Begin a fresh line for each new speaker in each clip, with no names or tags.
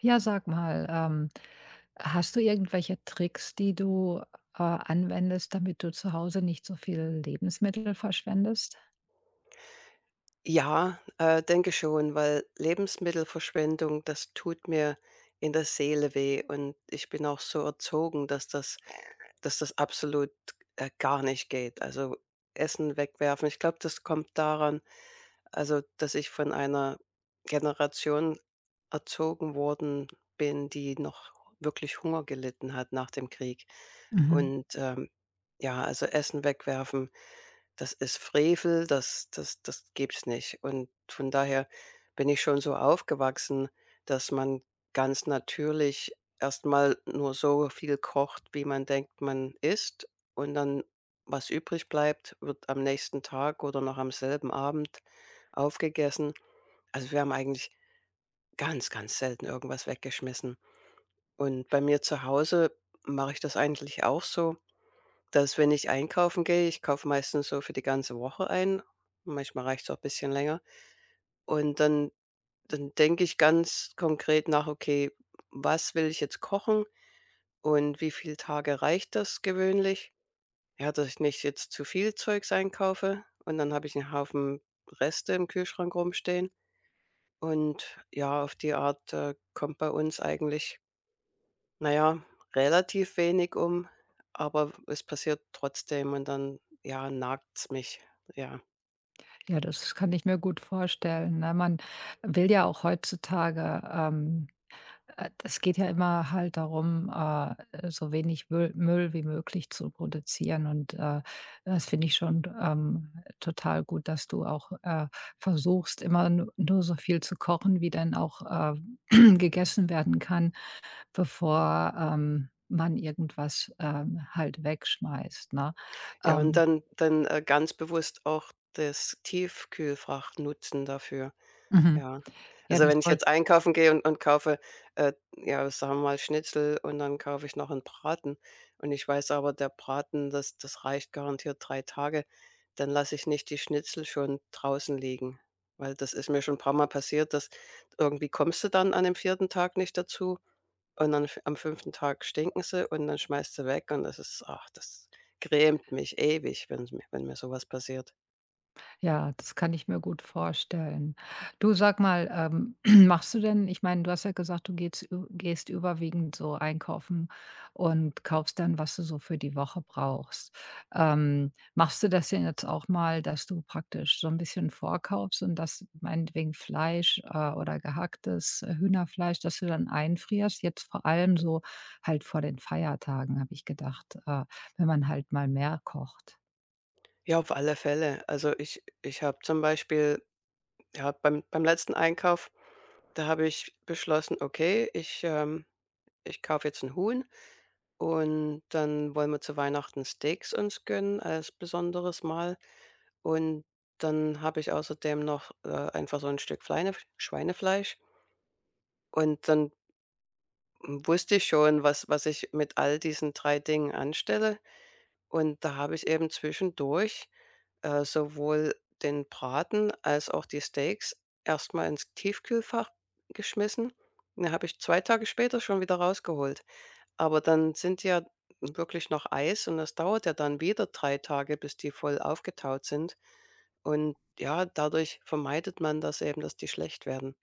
Ja, sag mal, hast du irgendwelche Tricks, die du, anwendest, damit du zu Hause nicht so viel Lebensmittel verschwendest?
Ja, denke schon, weil Lebensmittelverschwendung, das tut mir in der Seele weh und ich bin auch so erzogen, dass das absolut, gar nicht geht. Also, Essen wegwerfen, ich glaube, das kommt daran also, dass ich von einer Generation erzogen worden bin, die noch wirklich Hunger gelitten hat nach dem Krieg.
Mhm.
Und, ja, also Essen wegwerfen, das ist Frevel, das gibt's nicht. Und von daher bin ich schon so aufgewachsen, dass man ganz natürlich erstmal nur so viel kocht, wie man denkt, man isst. Und dann, was übrig bleibt, wird am nächsten Tag oder noch am selben Abend aufgegessen. Also, wir haben eigentlich ganz, ganz selten irgendwas weggeschmissen. Und bei mir zu Hause mache ich das eigentlich auch so, dass wenn ich einkaufen gehe ich kaufe meistens so für die ganze Woche ein, manchmal reicht es auch ein bisschen länger. Und dann denke ich ganz konkret nach: „Okay, was will ich jetzt kochen und wie viele Tage reicht das gewöhnlich?“ Ja, dass ich nicht jetzt zu viel Zeugs einkaufe und dann habe ich einen Haufen Reste im Kühlschrank rumstehen. Und ja, auf die Art, kommt bei uns eigentlich, naja relativ wenig um, aber es passiert trotzdem und dann, ja, nagt's mich, ja.
Ja, das kann ich mir gut vorstellen, ne? Man will ja auch heutzutage, das geht ja immer halt darum, so wenig Müll wie möglich zu produzieren und, das finde ich schon, total gut, dass du auch, versuchst, immer nu nur so viel zu kochen, wie dann auch, gegessen werden kann, bevor, man irgendwas, halt wegschmeißt, ne?
Ja, und
Ähm,
dann, ganz bewusst auch das Tiefkühlfach nutzen dafür.
mhm.
Ja.
Ja,
Also,
das
wenn ich
wollte.
jetzt einkaufen gehe und kaufe, ja, sagen wir mal Schnitzel und dann kaufe ich noch einen Braten und ich weiß aber, der Braten, das reicht garantiert 3 Tage, dann lasse ich nicht die Schnitzel schon draußen liegen, weil das ist mir schon ein paar mal passiert, dass irgendwie kommst du dann an dem vierten Tag nicht dazu und dann f am fünften Tag stinken sie und dann schmeißt du weg und das ist ach, das grämt mich ewig, wenn mir sowas passiert.
Ja, das kann ich mir gut vorstellen. Du sag mal, machst du denn, ich meine, du hast ja gesagt, du gehst ü gehst überwiegend so einkaufen und kaufst dann, was du so für die Woche brauchst. Machst du das denn jetzt auch mal, dass du praktisch so ein bisschen vorkaufst und das meinetwegen Fleisch, oder gehacktes Hühnerfleisch, dass du dann einfrierst? Jetzt vor allem so halt vor den Feiertagen, habe ich gedacht, wenn man halt mal mehr kocht.
Ja, auf alle Fälle. Also, ich habe zum Beispiel Ja, beim letzten Einkauf, da habe ich beschlossen: „Okay, ich, ich kaufe jetzt ein Huhn und dann wollen wir zu Weihnachten Steaks uns gönnen als besonderes Mal.“ Und dann habe ich außerdem noch, einfach so ein Stück Fleine Schweinefleisch. Und dann wusste ich schon, was ich mit all diesen 3 Dingen anstelle. Und da habe ich eben zwischendurch sowohl den Braten als auch die Steaks erstmal ins Tiefkühlfach geschmissen. Den habe ich 2 Tage später schon wieder rausgeholt. Aber dann sind die ja wirklich noch Eis und das dauert ja dann wieder 3 Tage, bis die voll aufgetaut sind. Und ja, dadurch vermeidet man das eben, dass die schlecht werden.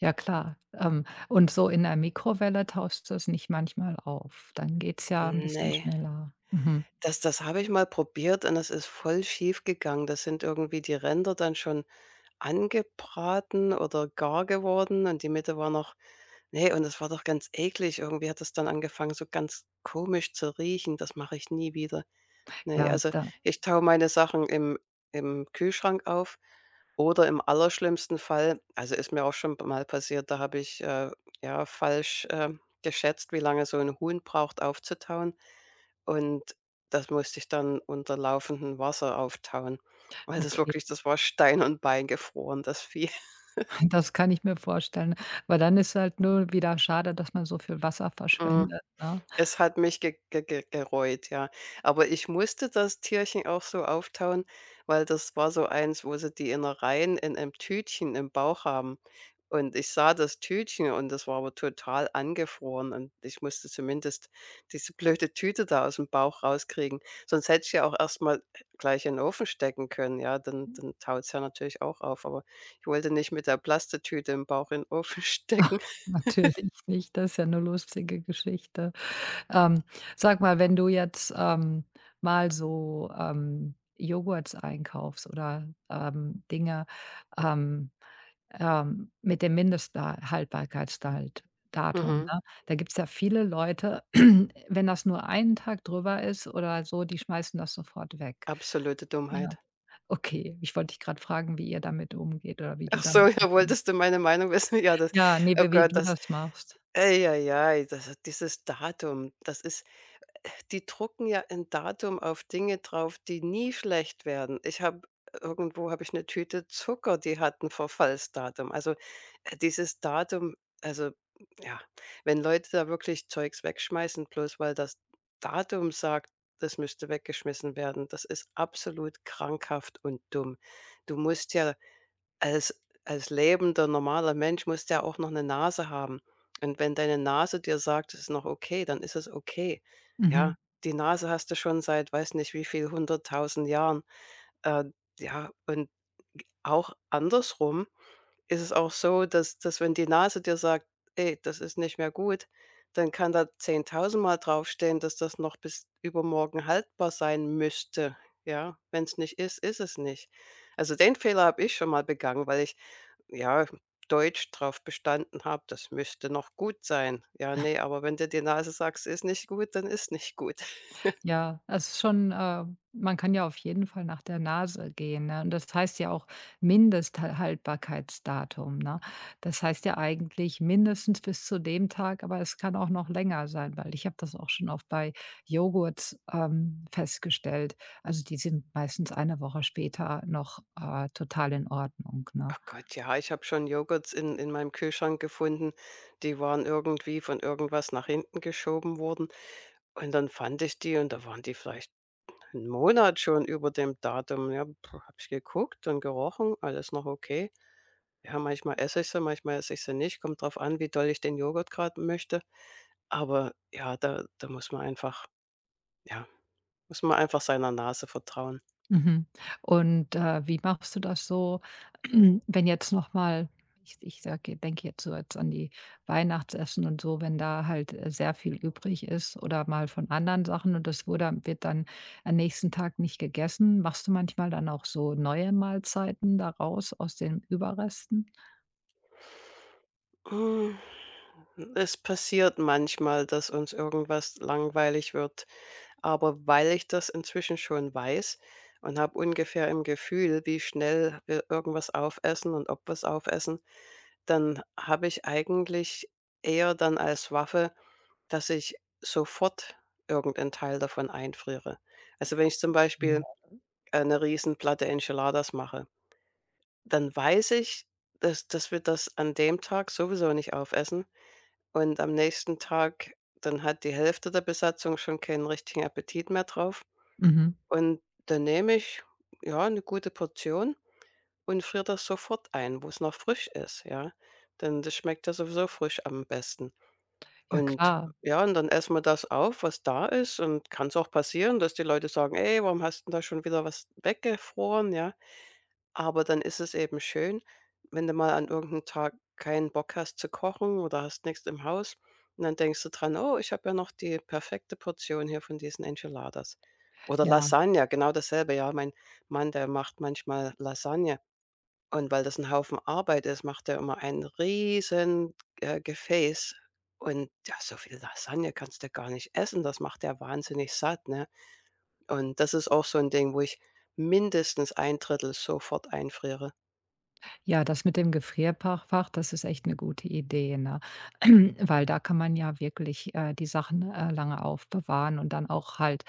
Ja klar. Und so in der Mikrowelle tauscht du es nicht manchmal auf. Dann geht's ja ein
Ne,
bisschen schneller. Mhm.
das habe ich mal probiert und das ist voll schief gegangen. Das sind irgendwie die Ränder dann schon angebraten oder gar geworden und die Mitte war noch ne, und es war doch ganz eklig. Irgendwie hat es dann angefangen, so ganz komisch zu riechen. Das mache ich nie wieder. Ne,
Ja,
also,
da
ich taue meine Sachen im Kühlschrank auf oder im allerschlimmsten Fall also, ist mir auch schon mal passiert, da habe ich, ja, falsch, geschätzt, wie lange so ein Huhn braucht aufzutauen. Und das musste ich dann unter laufendem Wasser auftauen, weil das
okay,
wirklich das war Stein und Bein gefroren, das Vieh.
das kann ich mir vorstellen. Aber dann ist halt nur wieder schade, dass man so viel Wasser verschwendet, ne?
Es hat mich ge ge ge gereut, ja. Aber ich musste das Tierchen auch so auftauen, weil das war so eins, wo sie die Innereien in 'nem Tütchen im Bauch haben. Und ich sah das Tütchen und das war aber total angefroren und ich musste zumindest diese blöde Tüte da aus'm Bauch rauskriegen. Sonst hätte ich ja auch erst mal gleich in 'n Ofen stecken können, ja, dann taut's ja natürlich auch auf, aber ich wollte nicht mit der Plastetüte im Bauch in 'n Ofen stecken.
Natürlich nicht, das ist ja eine lustige Geschichte. Ähm, sag mal, wenn du jetzt, mal so, Joghurts einkaufst oder, Dinge, ähm mit dem Mindesthaltbarkeitsdatum.
Mhm,
Ne? Da gibt's ja viele Leute, wenn das nur einen Tag drüber ist oder so, die schmeißen das sofort weg.
absolute
Ja,
Dummheit.
okay. Ich wollte dich gerade fragen, wie ihr damit umgeht oder wie du
Ach so,
damit
ja, wolltest
umgehst.
du meine Meinung wissen? Ja, das
Ja, ne,
oh
wie
Gott,
du
das
das machst.
ja, ei das dieses Datum, das ist die drucken ja ein Datum auf Dinge drauf, die nie schlecht werden. Ich habe irgendwo habe ich eine Tüte Zucker, die hat 'n Verfallsdatum. Also, dieses Datum also, ja, wenn Leute da wirklich Zeugs wegschmeißen, bloß weil das Datum sagt, das müsste weggeschmissen werden, das ist absolut krankhaft und dumm. Du musst ja als als lebender, normaler Mensch musst du ja auch noch eine Nase haben. Und wenn deine Nase dir sagt, es ist noch okay, dann ist es okay. Ja,
Mhm.
die Nase hast du schon seit weiß nicht wie viel hunderttausend Jahren. Äh, ja, und auch andersrum ist es auch so, dass wenn die Nase dir sagt: „Ey, das ist nicht mehr gut“, dann kann da zehntausendmal draufstehen, dass das noch bis übermorgen haltbar sein müsste. Ja, wenn es nicht ist, ist es nicht. Also, den Fehler habe ich schon mal begangen, weil ich ja, Deutsch drauf bestanden habe, das müsste noch gut sein. Ja, nee, aber wenn dir die Nase sagt, ist nicht gut, dann ist nicht gut.
Ja, es ist schon, man kann ja auf jeden Fall nach der Nase gehen, ne? Und das heißt ja auch Mindesthaltbarkeitsdatum, ne? Das heißt ja eigentlich mindestens bis zu dem Tag, aber es kann auch noch länger sein, weil ich habe das auch schon oft bei Joghurts, festgestellt. Also, die sind meistens eine Woche später noch, total in Ordnung,
Oh
ne?
Gott, ja, ich habe schon Joghurts in meinem Kühlschrank gefunden, die waren irgendwie von irgendwas nach hinten geschoben worden. Und dann fand ich die und da waren die vielleicht einen Monat schon über dem Datum. Ja, habe ich geguckt und gerochen, alles noch okay. Ja, manchmal esse ich sie, manchmal esse ich sie nicht, kommt drauf an, wie doll ich den Joghurt gerade möchte. Aber ja, da muss man einfach ja, muss man einfach seiner Nase vertrauen.
Mhm. Und, wie machst du das so, wenn jetzt noch mal ich sage denke jetzt so jetzt an die Weihnachtsessen und so, wenn da halt, sehr viel übrig ist oder mal von anderen Sachen und das wurde wird dann am nächsten Tag nicht gegessen. Machst du manchmal dann auch so neue Mahlzeiten daraus aus den Überresten?
Hm, es passiert manchmal, dass uns irgendwas langweilig wird, aber weil ich das inzwischen schon weiß und habe ungefähr im Gefühl, wie schnell wir irgendwas aufessen und ob wir's aufessen, dann habe ich eigentlich eher dann als Waffe, dass ich sofort irgendeinen Teil davon einfriere. Also, wenn ich zum
Ne.
Beispiel, eine riesen Platte Enchiladas mache dann weiß ich, dass wir das an dem Tag sowieso nicht aufessen und am nächsten Tag dann hat die Hälfte der Besatzung schon keinen richtigen Appetit mehr drauf
Mhm.
und dann nehme ich, ja, eine gute Portion und friere das sofort ein, wo es noch frisch ist, ja? Denn das schmeckt ja sowieso frisch am besten.
Ja
Und
klar,
ja, und dann essen wir das auf, was da ist und kann es auch passieren, dass die Leute sagen: „Ey, warum hast 'n da schon wieder was weggefroren“, ja? Aber dann ist es eben schön, wenn du mal an irgendeinem Tag keinen Bock hast zu kochen oder hast nichts im Haus und dann denkst du dran: „Oh, ich habe ja noch die perfekte Portion hier von diesen Enchiladas.“ Oder
ja.
Lasagne, genau dasselbe. Ja, mein Mann, der macht manchmal Lasagne und weil das ein Haufen Arbeit ist, macht er immer ein riesen, Gefäß und ja, so viel Lasagne kannst du gar nicht essen. Das macht er wahnsinnig satt, ne? Und das ist auch so ein Ding, wo ich mindestens ein Drittel sofort einfriere.
Ja, das mit dem Gefrierfach, das ist echt eine gute Idee, ne? Weil da kann man ja wirklich, die Sachen, lange aufbewahren und dann auch halt,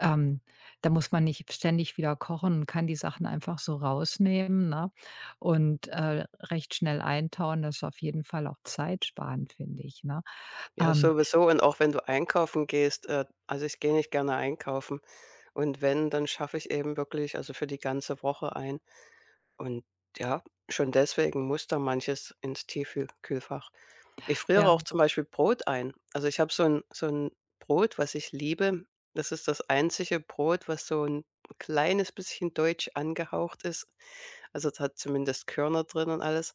ähm, da muss man nicht ständig wieder kochen und kann die Sachen einfach so rausnehmen, ne? Und, recht schnell eintauen. Das ist auf jeden Fall auch zeitsparend, finde ich, ne?
Ja,
Ähm,
sowieso und auch wenn du einkaufen gehst, also, ich gehe nicht gerne einkaufen und wenn, dann schaffe ich eben wirklich also, für die ganze Woche ein. Und ja, schon deswegen muss da manches ins Tiefkühlfach ich friere
ja.
auch zum Beispiel Brot ein. Also, ich habe so ein Brot, was ich liebe. Das ist das einzige Brot, was so ein kleines bisschen deutsch angehaucht ist. Also, es hat zumindest Körner drin und alles.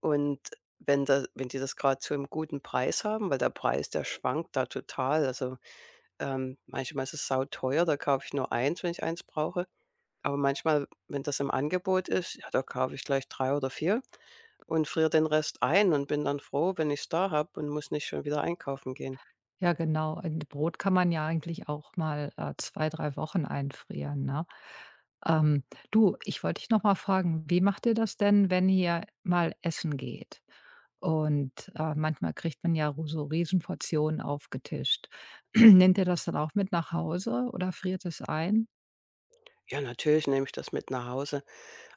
Und wenn die das gerade zu einem guten Preis haben weil der Preis, der schwankt da total. Also, manchmal ist es sauteuer, da kaufe ich nur eins, wenn ich eins brauche. Aber manchmal, wenn das im Angebot ist, ja, da kaufe ich gleich 3 oder 4. Und friere den Rest ein und bin dann froh, wenn ich's da habe und muss nicht schon wieder einkaufen gehen.
Ja, genau. Und Brot kann man ja eigentlich auch mal, 2, 3 Wochen einfrieren, ne? Ähm, du, ich wollte dich noch mal fragen, wie macht ihr das denn, wenn ihr mal essen geht? Und, manchmal kriegt man ja so Riesenportionen aufgetischt. Nehmt ihr das dann auch mit nach Hause oder friert es ein?
Ja, natürlich nehme ich das mit nach Hause.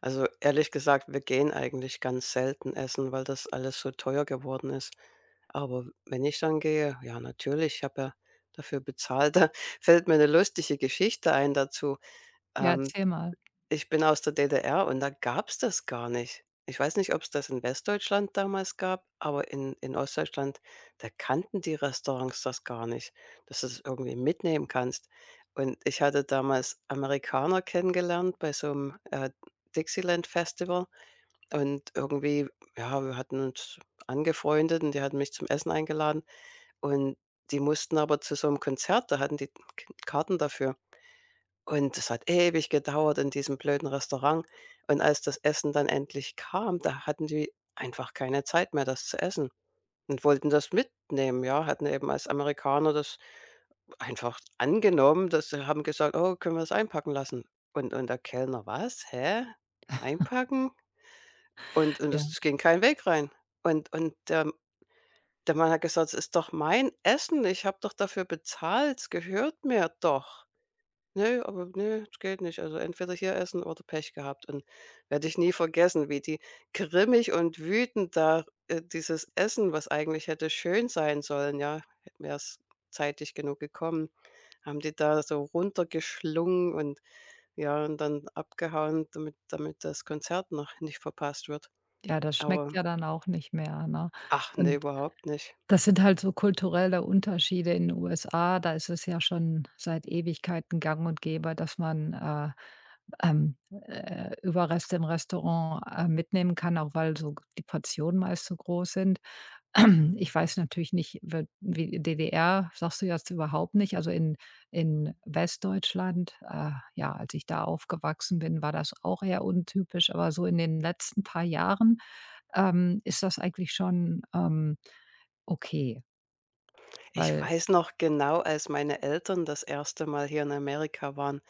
Also ehrlich gesagt, wir gehen eigentlich ganz selten essen, weil das alles so teuer geworden ist. Aber wenn ich dann gehe, ja, natürlich, ich habe ja dafür bezahlt. Da fällt mir eine lustige Geschichte ein dazu.
Ja,
Ähm,
erzähl mal.
Ich bin aus der DDR und da gab es das gar nicht. Ich weiß nicht, ob es das in Westdeutschland damals gab, aber in Ostdeutschland, da kannten die Restaurants das gar nicht, dass du das irgendwie mitnehmen kannst. Und ich hatte damals Amerikaner kennengelernt bei so einem Dixieland Festival und irgendwie ja, wir hatten uns angefreundet und die hatten mich zum Essen eingeladen und die mussten aber zu so einem Konzert, da hatten die K Karten dafür. Und es hat ewig gedauert in diesem blöden Restaurant. Und als das Essen dann endlich kam, da hatten die einfach keine Zeit mehr, das zu essen und wollten das mitnehmen, ja, hatten eben als Amerikaner das einfach angenommen, dass sie haben gesagt: „Oh, können wir das einpacken lassen?“ Und der Kellner: „Was? Hä? Einpacken?“ Und
Ja,
es ging kein Weg rein. Und der der Mann hat gesagt: „Es ist doch mein Essen. Ich habe doch dafür bezahlt. Es gehört mir doch.“ Nö, aber nö, das geht nicht. Also entweder hier essen oder Pech gehabt. Und werde ich nie vergessen, wie die grimmig und wütend da, dieses Essen, was eigentlich hätte schön sein sollen, ja, wäre es zeitig genug gekommen, haben die da so runtergeschlungen und ja, und dann abgehauen, damit das Konzert noch nicht verpasst wird.
ja, das schmeckt
Aber
ja dann auch nicht mehr, ne?
ach ne,
Und.
überhaupt nicht.
Das sind halt so kulturelle Unterschiede in den USA. Da ist es ja schon seit Ewigkeiten gang und gäbe, dass man, Überreste im Restaurant, mitnehmen kann, auch weil so die Portionen meist so groß sind. Ich weiß natürlich nicht, we wie. DDR sagst du jetzt überhaupt nicht. Also, in Westdeutschland, ja, als ich da aufgewachsen bin, war das auch eher untypisch, aber so in den letzten paar Jahren, ist das eigentlich schon, okay.
Ich
Weil.
weiß noch genau, als meine Eltern das erste Mal hier in Amerika waren.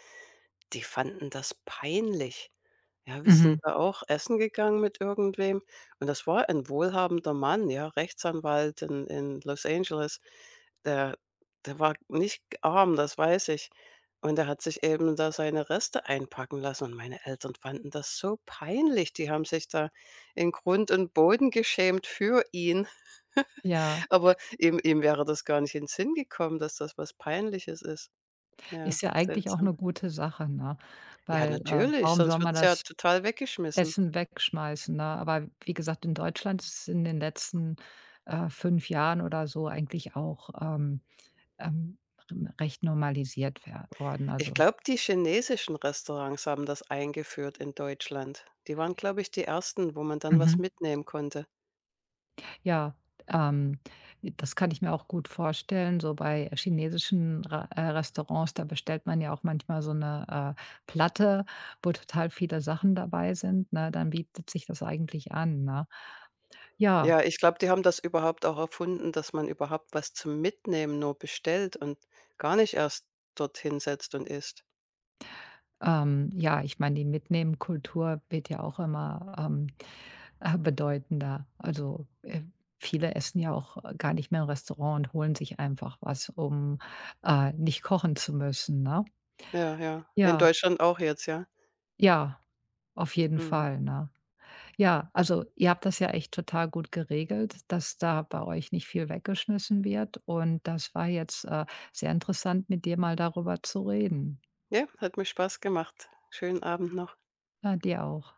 Die fanden das peinlich. Ja, wir sind
Mhm.
da auch essen gegangen mit irgendwem und das war ein wohlhabender Mann, ja, Rechtsanwalt in Los Angeles. Der der war nicht arm, das weiß ich. Und der hat sich eben da seine Reste einpacken lassen und meine Eltern fanden das so peinlich. Die haben sich da in Grund und Boden geschämt für ihn,
Ja,
aber ihm wäre das gar nicht in den Sinn gekommen, dass das was Peinliches ist. Ja,
ist ja eigentlich auch
seltsam.
eine gute Sache, ne?
Ja,
Weil,
natürlich,
warum
sonst
soll man
wird's ja
das
total weggeschmissen.
Essen wegschmeißen, ne? Aber wie gesagt, in Deutschland ist es in den letzten, 5 Jahren oder so eigentlich auch, ähm, recht normalisiert wer worden.
Ich
Also.
glaube, die chinesischen Restaurants haben das eingeführt in Deutschland. Die waren, glaube ich, die ersten, wo man dann was
Mhm.
mitnehmen konnte.
Ja, ähm, das kann ich mir auch gut vorstellen. So bei chinesischen Ra Restaurants, da bestellt man ja auch manchmal so eine Platte, wo total viele Sachen dabei sind, ne? Dann bietet sich das eigentlich an, ne? Ja,
Ja, ich glaube, die haben das überhaupt auch erfunden, dass man überhaupt was zum Mitnehmen nur bestellt und gar nicht erst dorthin setzt und isst.
ja, ich meine, die Mitnehmen-Kultur wird ja auch immer, bedeutender. Also, viele essen ja auch gar nicht mehr im Restaurant und holen sich einfach was, um, nicht kochen zu müssen, ne?
Ja, ja. In
Ja,
Deutschland auch jetzt, ja.
ja. Auf jeden
Mhm.
Fall, ne? Ja, also ihr habt das ja echt total gut geregelt, dass da bei euch nicht viel weggeschmissen wird. Und das war jetzt, sehr interessant, mit dir mal darüber zu reden.
Ja, hat mir Spaß gemacht. Schönen Abend noch.
Ja, dir auch.